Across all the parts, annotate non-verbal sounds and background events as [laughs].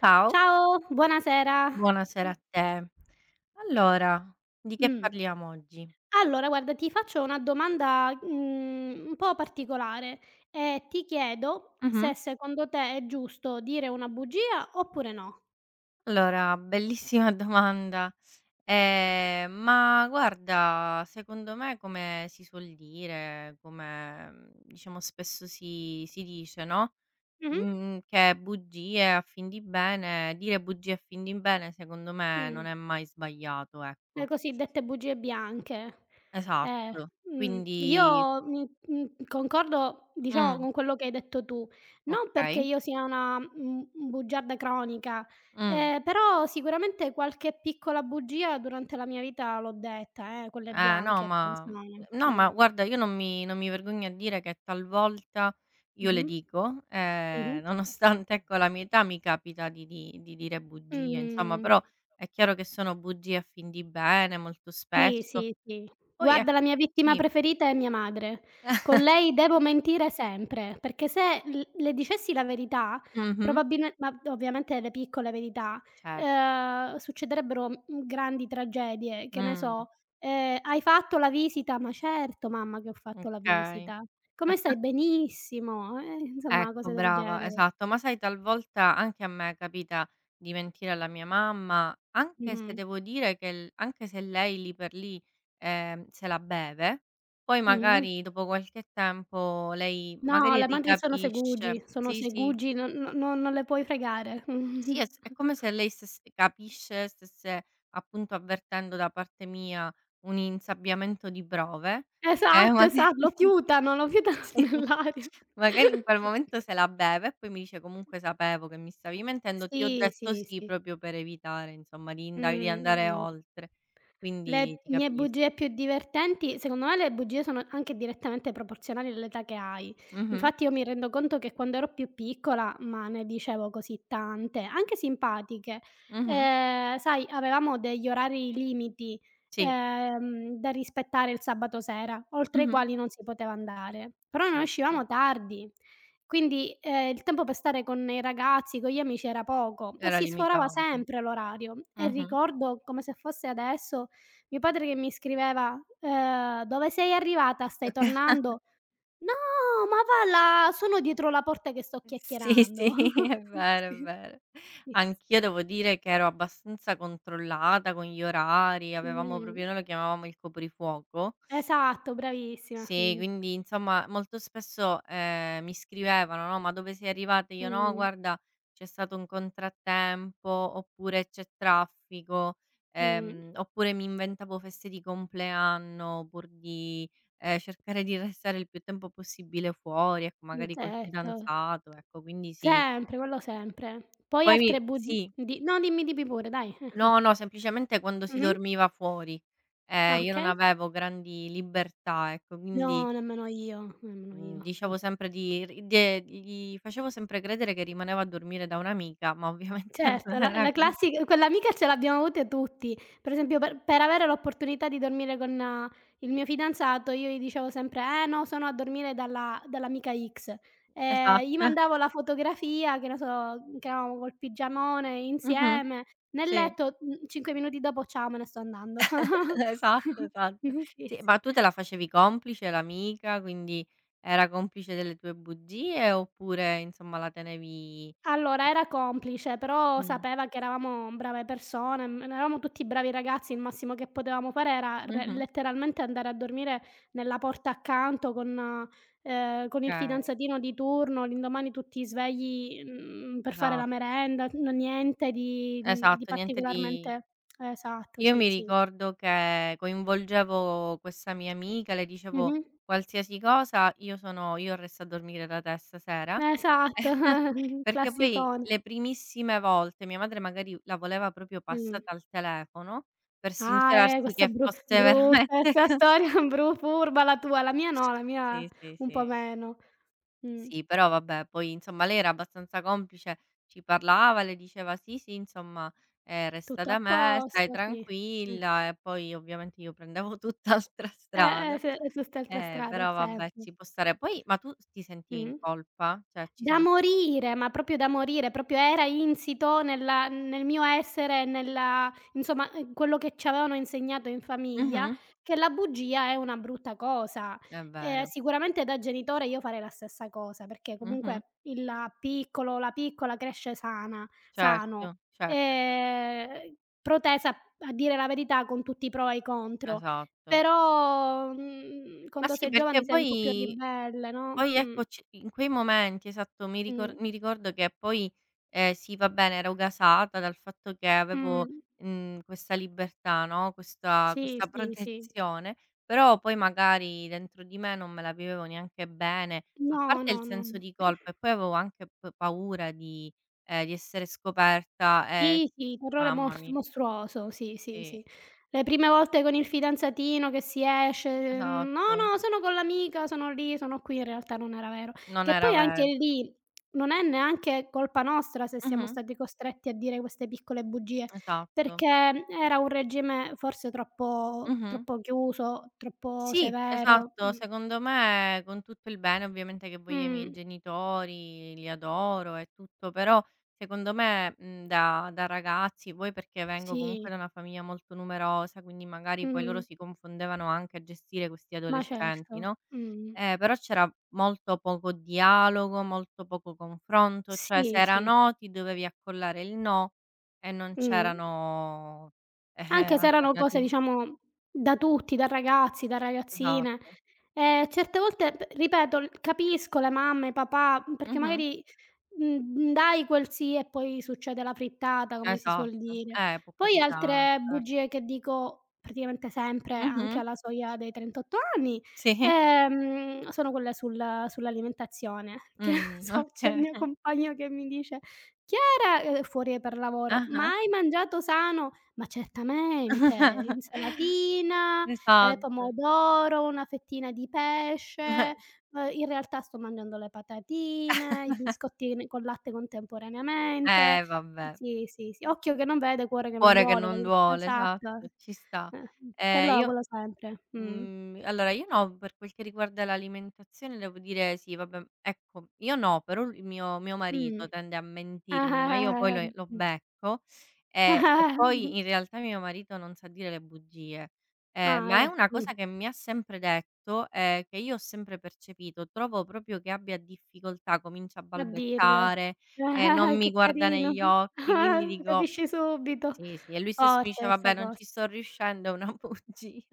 Ciao, Ciao, buonasera. buonasera a te. Allora, di che Mh. parliamo oggi? Allora guarda, ti faccio una domanda, un po' particolare e ti chiedo se Mh-mh. secondo te è giusto dire una bugia oppure no. Allora, bellissima [laughs] domanda. Ma guarda, secondo me come si suol dire, come, diciamo spesso si dice, no, Mh-mh. Che bugie a fin di bene dire bugie a fin di bene secondo me non Mh. è mai sbagliato, Le ecco. cosiddette bugie bianche. Eh, Esatto. Quindi io mi concordo, diciamo, mh, con quello che hai detto tu. Non perché okay. io sia una, bugiarda cronica, Mh. Però sicuramente qualche piccola bugia durante la mia vita l'ho detta, quelle No bianche, ma attenzione. no ma Mh. guarda io non mi vergogno a dire che talvolta io le Mh-mh. dico, Mh-mh. Nonostante ecco la mia età mi capita di dire bugie insomma, Mh. però è chiaro che sono bugie a fin di bene molto Sì, spesso. sì, sì. Poi e Guarda, la mia vittima sì. preferita è mia madre. Con [laughs] lei devo mentire sempre, perché se l le dicessi la verità, Mh-mh. probabilme ma ovviamente le piccole verità, Certo. Succederebbero, grandi tragedie. Che ne Mh, so, "Hai fatto la visita?" "Ma certo mamma che ho fatto la okay. visita." "Come stai?" "Benissimo." Insomma Ecco, cose del brava, genere. esatto. Ma sai talvolta anche a me capita di mentire alla mia mamma, anche se Mh-mh. devo dire che l anche se lei lì per lì, se la beve, poi Mh-mh. magari dopo qualche tempo lei No, magari le madri ricapisce. Sono Sì, sì. segugi, non le puoi fregare. Sì, è s è come [laughs] se lei stess capisce, stesse appunto avvertendo da parte mia un insabbiamento di prove, Esatto, magari esatto, [laughs] lo fiutano [laughs] Sì, nell'aria. magari in quel momento se la beve e poi mi dice: "Comunque sapevo che mi stavi mentendo, ti ho Sì, detto sì, sì sì. proprio per evitare insomma di Mh, inda di andare mh, mh. oltre." Quindi Le ti mie capis bugie più divertenti secondo me le bugie sono anche direttamente proporzionali all'età che hai. mh-mh, Infatti io mi rendo conto che quando ero più piccola, ma ne dicevo così tante, anche simpatiche. mh-mh, Sai avevamo degli orari limiti, sì, da rispettare il sabato sera, oltre i mh-mh, quali non si poteva andare. Però noi certo, uscivamo tardi, quindi, il tempo per stare con i ragazzi, con gli amici era poco e era si sforava limitato. sempre l'orario e Mh-mh. ricordo come se fosse adesso mio padre che mi scriveva, "Dove sei arrivata? Stai [laughs] tornando?" "No, ma va là, sono dietro la porta che sto Sì, chiacchierando." sì, [laughs] è vero, è Sì, vero. sì. Anch'io devo dire che ero abbastanza controllata con gli orari, avevamo Mh. proprio noi lo chiamavamo il coprifuoco. Esatto, bravissima. Sì, Mh-mh. quindi insomma molto spesso, mi scrivevano, no: "Ma dove sei arrivata?" Io: "No, Mh, guarda c'è stato un contrattempo", oppure: "C'è traffico", mh. Oppure mi inventavo feste di compleanno pur di, cercare di restare il più tempo possibile fuori, ecco, magari col Certo. fidanzato, ecco, quindi sì. Sempre, quello sempre. Poi Poi mi altre bugi sì. di No, dimmi, dimmi pure dai. [laughs] No, mh. no, semplicemente quando si Mh-mh. dormiva fuori. Ah, Io non okay. avevo grandi libertà, ecco, quindi No, nemmeno io, nemmeno Mhmm, io. dicevo sempre di ri de gli facevo sempre credere che rimanevo a dormire da un'amica, ma ovviamente [laughs] Certo, non la era la così. classi quell'amica ce l'abbiamo avute tutti. Per esempio per avere l'opportunità di dormire con il mio fidanzato io gli dicevo sempre: "Eh no, sono a dormire dalla dall'amica X". Gli Esatto. mandavo la fotografia, che ne so, che eravamo col pigiamone Mh-mh. insieme nel Sì. letto, 5 minuti dopo: "Ciao, me ne sto andando". [laughs] Esatto, [laughs] esatto. Sì, sì. Sì, ma tu te la facevi complice l'amica, quindi era complice delle tue bugie oppure insomma la tenevi eh, Allora, era complice, però mh. sapeva che eravamo brave persone, eravamo tutti bravi ragazzi, il massimo che potevamo fare era re Mh-mh. letteralmente andare a dormire nella porta accanto con il Okay. fidanzatino di turno, l'indomani tutti svegli, per fare la Esa merenda, n niente di di esatto, niente di particolarmente esatto, io sì, mi sì. ricordo che coinvolgevo questa mia amica, le dicevo Mh-mh. qualsiasi cosa: "Io sono io resto a dormire da te stasera", Esatto, [laughs] [laughs] perché poi classicone. le primissime volte mia madre magari la voleva proprio Mh. passata al telefono per Ah, sincerarsi questa che fosse [laughs] brutta, veramente 'sta [laughs] cos storia bru furba la tua, la mia no, la mia sì, sì, un po' sì. meno. Mh. Sì, però vabbè, poi insomma lei era abbastanza complice, ci parlava, le diceva: "Sì, sì, insomma, resta Tutto da a me, stai posto, sì. Mh. tranquilla", e poi ovviamente io prendevo [laughs] tutt'altra strada. Se è tutt'altra strada Però vabbè, sempre. ci può stare. Poi ma tu ti sentivi in Mh. colpa? Cioè ci Da sono morire, ma proprio da morire, proprio era insito nel mio essere, nella insomma, quello che ci avevano insegnato in famiglia, mh-mh, che la bugia è una brutta cosa. è vero. Sicuramente da genitore io farei la stessa cosa, perché Mh-mh. comunque il piccolo, o la piccola cresce sana sano, Certo, certo, cer ehm, protesa a dire la verità con tutti i pro e i contro. esatto. Però, Ma quando sì, sei giovane perché sei un po' più poi ribelle, no, poi ecco c in quei momenti, esatto, mi ricor mh, mi ricordo che poi, sì va bene ero gasata dal fatto che mh. avevo, questa libertà, no, questa Sì, questa sì, sì. protezione, però poi magari dentro di me non me la vivevo neanche bene, a No, parte no, il no, senso no. di colpa e poi avevo anche p paura di essere scoperta e Sì, sì, terrore mamma mors mi mostruoso, sì, sì, sì, sì. Le prime volte con il fidanzatino che si esce: "No, esatto, no, sono con l'amica, sono lì, sono qui", in realtà non era vero. non Che era poi anche vero. lì non è neanche colpa nostra se siamo Mh-mh, stati costretti a dire queste piccole bugie, esatto. perché era un regime forse troppo Mh-mh. troppo chiuso, troppo Sì, severo. esatto. Mh. Secondo me, con tutto il bene ovviamente che voglio ai miei Mh. genitori, li adoro e tutto, però secondo me, da ragazzi poi perché vengo comunque Sì. da una famiglia molto numerosa, quindi magari poi loro Mh. si confondevano anche a gestire questi Ma adolescenti, certo. no, Mh. Però c'era molto poco dialogo, molto poco confronto, cioè se Sì, era sì, no sì. ti dovevi accollare il no e non Mh. c'erano, eh-eh, Anche se erano cose alternati diciamo da tutti, da ragazzi, da ragazzine. esatto. Certe volte p ripeto, l capisco le mamme, i papà, perché Mh-mh. magari dai quel sì e poi succede la frittata, come si suol Esatto. dire. Può Poi capitare, altre cer bugie che dico praticamente sempre, anche Mh-mh. alla soglia dei 38 anni, Sì. Sono quelle sull'alimentazione. [laughs] Che ne so, c'è il Okay. mio Mh. compagno che mi dice: "Chiara" fuori per lavoro: "Ma Ah-ah. hai mangiato sano?" "Ma certamente, [laughs] insalatina, Esatto. pomodoro, una fettina di pesce." In realtà sto mangiando le patatine, i biscottini col latte contemporaneamente. Vabbè. Sì, sì, sì. Occhio che non vede, cuore che non Cuore che duole, non capi duole, esatto. esatto, ci sta. Ehm, Quello io quello sempre. Mh. Allora io no, per quel che riguarda l'alimentazione devo dire sì, vabbè ecco, io no, però l il mio Mh. marito tende a mentirmi, ma io poi Ah-ah, eh-eh, lo mh. becco, e poi in [laughs] realtà mio marito non sa dire le bugie. Ah, Ma è una mh. cosa che mi ha sempre detto, che io ho sempre percepito. Trovo proprio che abbia difficoltà, comincia a A dirle. balbettare, [laughs] non Ah, che mi guarda carino. negli [laughs] occhi, quindi Ah, dico capisci subito. sì, sì, e lui stesso Forte dice: questa "Vabbè, non cosa. ci sto [laughs] riuscendo, è una [laughs] bugia".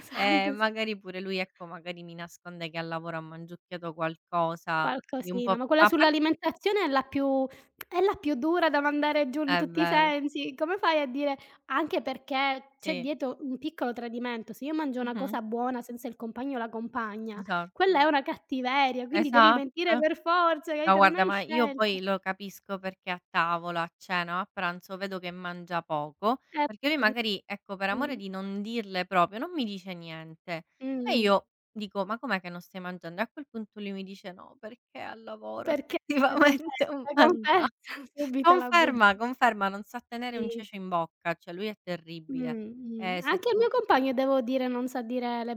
Esatto, sì. Magari pure lui, ecco, magari mi nasconde che al lavoro ha mangiucchiato qualcosa di un Qualcosina, po' ma quella ma a par sull'alimentazione è la più dura da mandare giù in è tutti i vero, sensi. Come fai a dire? Anche perché c'è sì. dietro un piccolo tradimento. Se io mangio una Mh-mh, cosa buona senza il compagno o la compagna, esatto, quella è una cattiveria, quindi devi esatto. mentire per forza, No capito, non guarda, hai ma io scelta. poi lo capisco perché a tavola, a cena o a pranzo vedo che mangia poco, Eh, perché lui magari, [unintelligible] ecco, per amore mh, di non dirle proprio, non mi dice niente. E mh, io dico: "Ma com'è che non stai mangiando?" E a quel punto lui mi dice: "No, perché al lavoro [laughs] perché effettivamente ho confessa, mangia". confessa [laughs] subito la Conferma, bugia. conferma, non sa tenere un Sì. cece in bocca, cioè lui è terribile. Mh-mh. Se Anche il tu mio compagno, devo dire, non sa dire le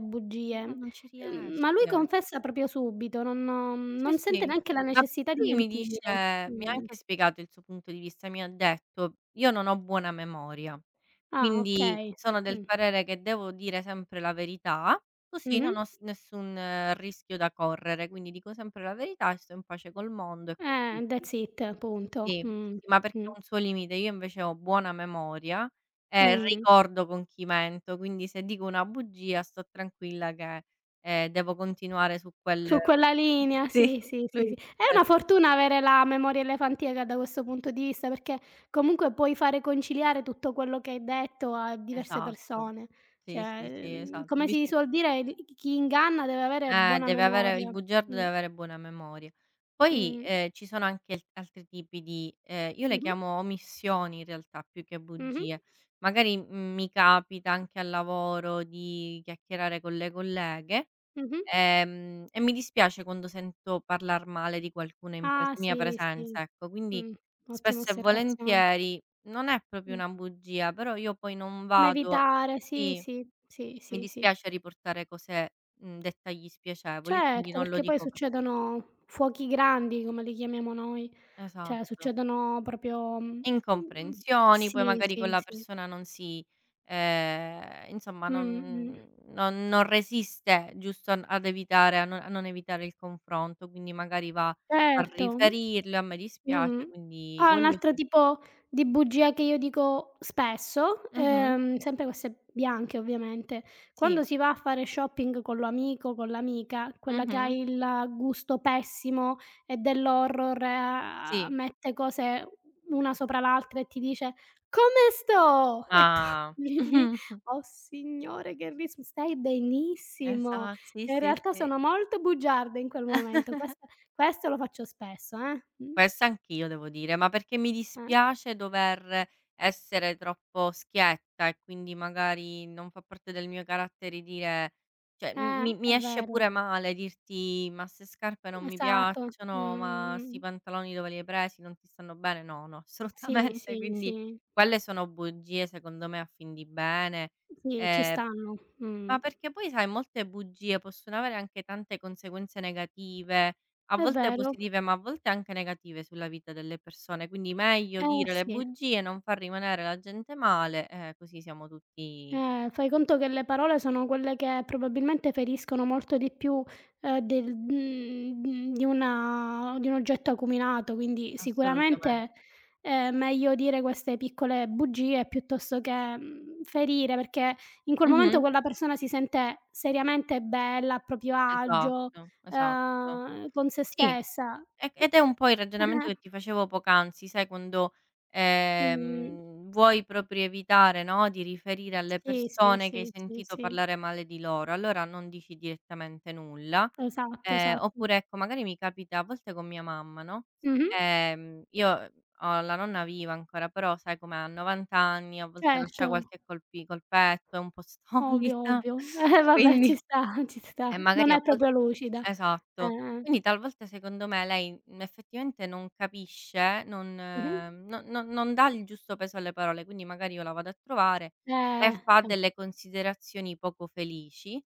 no, bugie, non ci ma lui riesce. confessa proprio subito, non Sì, non sente sì, neanche la ma necessità perché di lui mi dice mi mentire. ha Mh. anche spiegato il suo punto di vista, mi ha detto: "Io non ho buona memoria, Ah, quindi okay. sono del Mh. parere che devo dire sempre la verità, così Mh-mh. non ho s nessun rischio da correre, quindi dico sempre la verità e sto in pace col mondo e con tutti". That's it, punto. Sì, sì, Mh. sì, ma perché Mh. ho un suo limite. Io invece ho buona memoria e Mh. ricordo con chi mento, quindi se dico una bugia sto tranquilla che, devo continuare su quel Su quella linea, sì, sì, sì, sì, sì. [laughs] lui È una [unintelligible] fortuna avere la memoria elefantiaca da questo punto di vista, perché comunque puoi fare conciliare tutto quello che hai detto a diverse esatto. persone. Sì, sì, Cioè, sì, esatto. Ho come si visto suol dire, l chi inganna deve avere eh, buona deve avere il memoria. bugiardo Mh, deve avere buona memoria. Poi, mh, ci sono anche al altri tipi di io le mh-mh, chiamo omissioni in realtà più che mh-mh, bugie. Magari, mi capita anche al lavoro di chiacchierare con le colleghe, mh-mh. E mi dispiace quando sento parlar male di qualcuno in pres Ah mia sì, sì. presenza, ecco. Quindi Mh, ottima spesso e osservazione. volentieri non è proprio Mh. una bugia, però io poi non Un vado evitare, sì, sì. sì, sì, Mi sì, sì. dispiace riportare cose dettagli spiacevoli, e quindi Certo, non lo perché poi dico p succedono fuochi grandi, come li chiamiamo noi, cioè esatto. succedono proprio mh-mh, Incomprensioni, poi sì, magari con sì, la sì. persona non si insomma Mh-mh. non resiste giusto an ad evitare a non evitare il confronto, quindi magari va a Certo. riferirlo: "A me dispiace", Mh-mh. quindi Ah, un quello altro sì. tipo di bugia che io dico spesso, Mh-mh. Sempre queste bianche ovviamente, Sì. quando si va a fare shopping con l'amico, con l'amica, quella che ha Mh-mh. il gusto pessimo e dell'horror, a Sì. mette cose una sopra l'altra e ti dice: "Come sto?" E tu [laughs] Ah. lì lì: [laughs] "Oh signore che ris stai benissimo." Esat sì, E in sì, realtà sì. sono molto bugiarda in quel momento. Questa questo lo faccio spesso, eh. Mh. Questa anch'io devo dire, ma perché mi Eh, dispiace dover essere troppo schietta e quindi magari non fa parte del mio carattere dire cioè m mi è mi esce vero, pure male dirti: "Ma 'ste scarpe non mi esatto. piacciono, ma 'sti pantaloni dove li hai presi, non ti stanno bene". No, no, [laughs] Sì, assolutamente, sì, quindi sì, quelle sono bugie secondo me a fin di bene, sì, ci ehm stanno. Ma perché poi sai molte bugie possono avere anche tante conseguenze negative, a È volte vero. positive, ma a volte anche negative sulla vita delle persone, quindi meglio dire le Sì. bugie, non far rimanere la gente male, così siamo tutti Fai conto che le parole sono quelle che probabilmente feriscono molto di più, del di una di un oggetto acuminato, quindi assolutamen sicuramente è meglio dire queste piccole bugie piuttosto che, ferire, perché in quel mh-mh, momento quella persona si sente seriamente bella, a proprio agio, esatto, esatto. Con se Sì. stessa. E ed è un po' il ragionamento che ti [laughs] facevo poc'anzi, sai quando, Eh, mhmm, vuoi proprio evitare, no, di riferire alle sì, sì, persone che sì, hai sì, sentito sì, parlare male di loro, allora non dici direttamente nulla, esatto, esatto. oppure ecco magari mi capita a volte con mia mamma, no, Mh-mh. Io ho la nonna viva ancora, però sai com'è, ha 90 anni, a volte Certo, lascia qualche colpi colpetto, è un po' ovvio, stolita, ovvio. [laughs] Vabbè ci quindi sta, ci sta. e Non magari è a vol proprio lucida. Esatto. Eh. Quindi talvolta secondo me lei, effettivamente non capisce, non Mh-mh. No no non dà il giusto peso alle parole, quindi magari io la vado a trovare e Eh, fa delle considerazioni poco felici,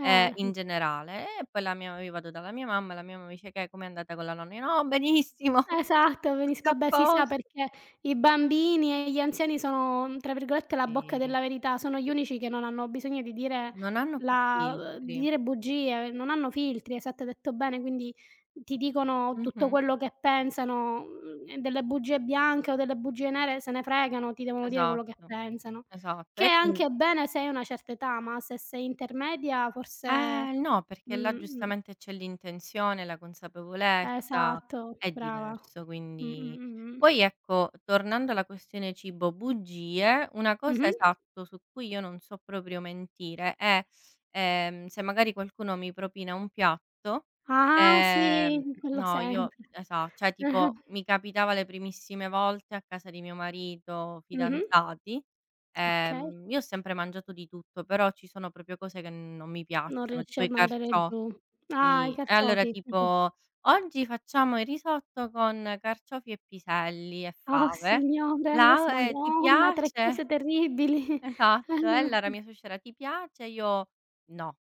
eh. in generale e poi la mia io vado dalla mia mamma, la mia mamma mi dice: "Che com'è andata con la nonna?" Io: "No, benissimo, [laughs] Esatto, venis tutto a vabbè si sa posto." perché i bambini e gli anziani sono, tra virgolette, "la bocca Sì, della verità", sono gli unici che non hanno bisogno di dire non hanno più la di filtri. dire bugie, non hanno filtri, esatto, hai detto bene, quindi ti dicono tutto Mh-mh. quello che pensano, e delle bugie bianche o delle bugie nere se ne fregano, ti devono dire quello che Esatto, pensano. esatto. Che è E quin anche bene se hai una certa età, ma se sei intermedia forse eh, no, perché là mh-mh, giustamente c'è l'intenzione, la consapevolezza, esatto, è brava. diverso, Mh, mh, quindi mh, mh. poi ecco, tornando alla questione cibo bugie, una cosa Mh-mh. esatto su cui io non so proprio mentire è, se magari qualcuno mi propina un piatto, Ah ehm sì, quello no, io sempre. esa cioè [laughs] Ah-ah. tipo mi capitava le primissime volte a casa di mio marito, Mh-mh. fidanzati Okay, io ho sempre mangiato di tutto, però ci sono proprio cose che non mi non piacciono, riesci tipo a i mandare carciò giù. Ah, i sì, e allora carciofi. [laughs] Mh-mh. tipo: "Oggi facciamo il risotto con carciofi e piselli e Oh fave." signore, ques "La ti madonna, 3 cose piace?" [laughs] terribili. [laughs] Esatto. E n allora mia suocera: "Ti piace?" Io: "No."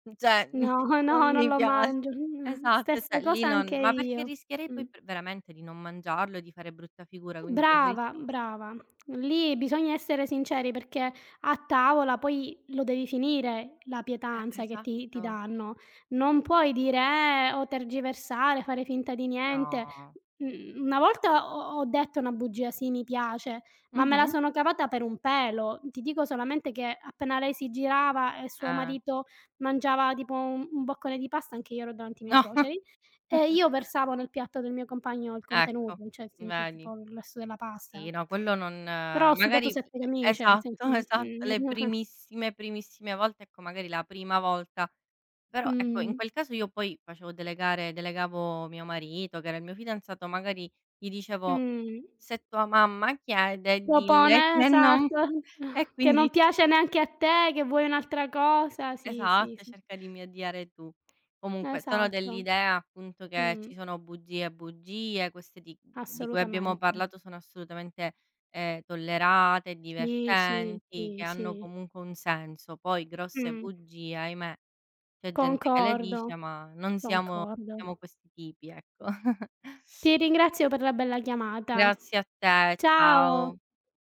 no, [laughs] Cioè, non no, non mi lo piace. mangio. Esatto, Stessa cioè lì cosa anche non ma perché io. rischierei Mh. poi p veramente di non mangiarlo e di fare brutta figura, quindi preferis Brava, brava. Lì bisogna essere sinceri perché a tavola poi lo devi finire la pietanza che ti esatto. danno. Non puoi dire, o tergiversare, fare finta di niente. No. Una volta ho detto una bugia, sì, mi piace, ma me la Mh-mh. sono cavata per un pelo. Ti dico solamente che appena lei si girava e suo Ah, marito mangiava tipo un boccone di pasta, anche io ero davanti ai miei no, [laughs] suoceri, io versavo nel piatto del mio compagno il ecco, contenuto, cioè senti vedi. tipo il resto della pasta. Sì, no, quello non Però ho sudato magari e 7 camicie, sì, esatto, [laughs] [laughs] esatto, le mh, primissime, primissime volte, ecco, magari la prima volta, però, ecco, in mh, quel caso io poi facevo delegare delegavo mio marito, che era il mio fidanzato, magari gli dicevo: mh. "Se tua mamma chiede, dille Propone che non" esatto, [laughs] e [laughs] che non quindi piace neanche a te, che vuoi un'altra cosa. Sì, sì, esatto, sì. cerca di mediare tu. Comunque sono Esatto. dell'idea appunto che ci Mh, sono bugie e bugie, queste di cui abbiamo assolutamente. parlato sono assolutamente, tollerate, Sì, sì, divertenti, sì, che hanno sì. comunque un senso. Poi grosse Mh, bugie, ahimè, c'è gente che le concordo, dice, ma non siamo concordo. siamo questi tipi, ecco. [laughs] Ti ringrazio per la bella chiamata. Grazie a te, Ciao. ciao.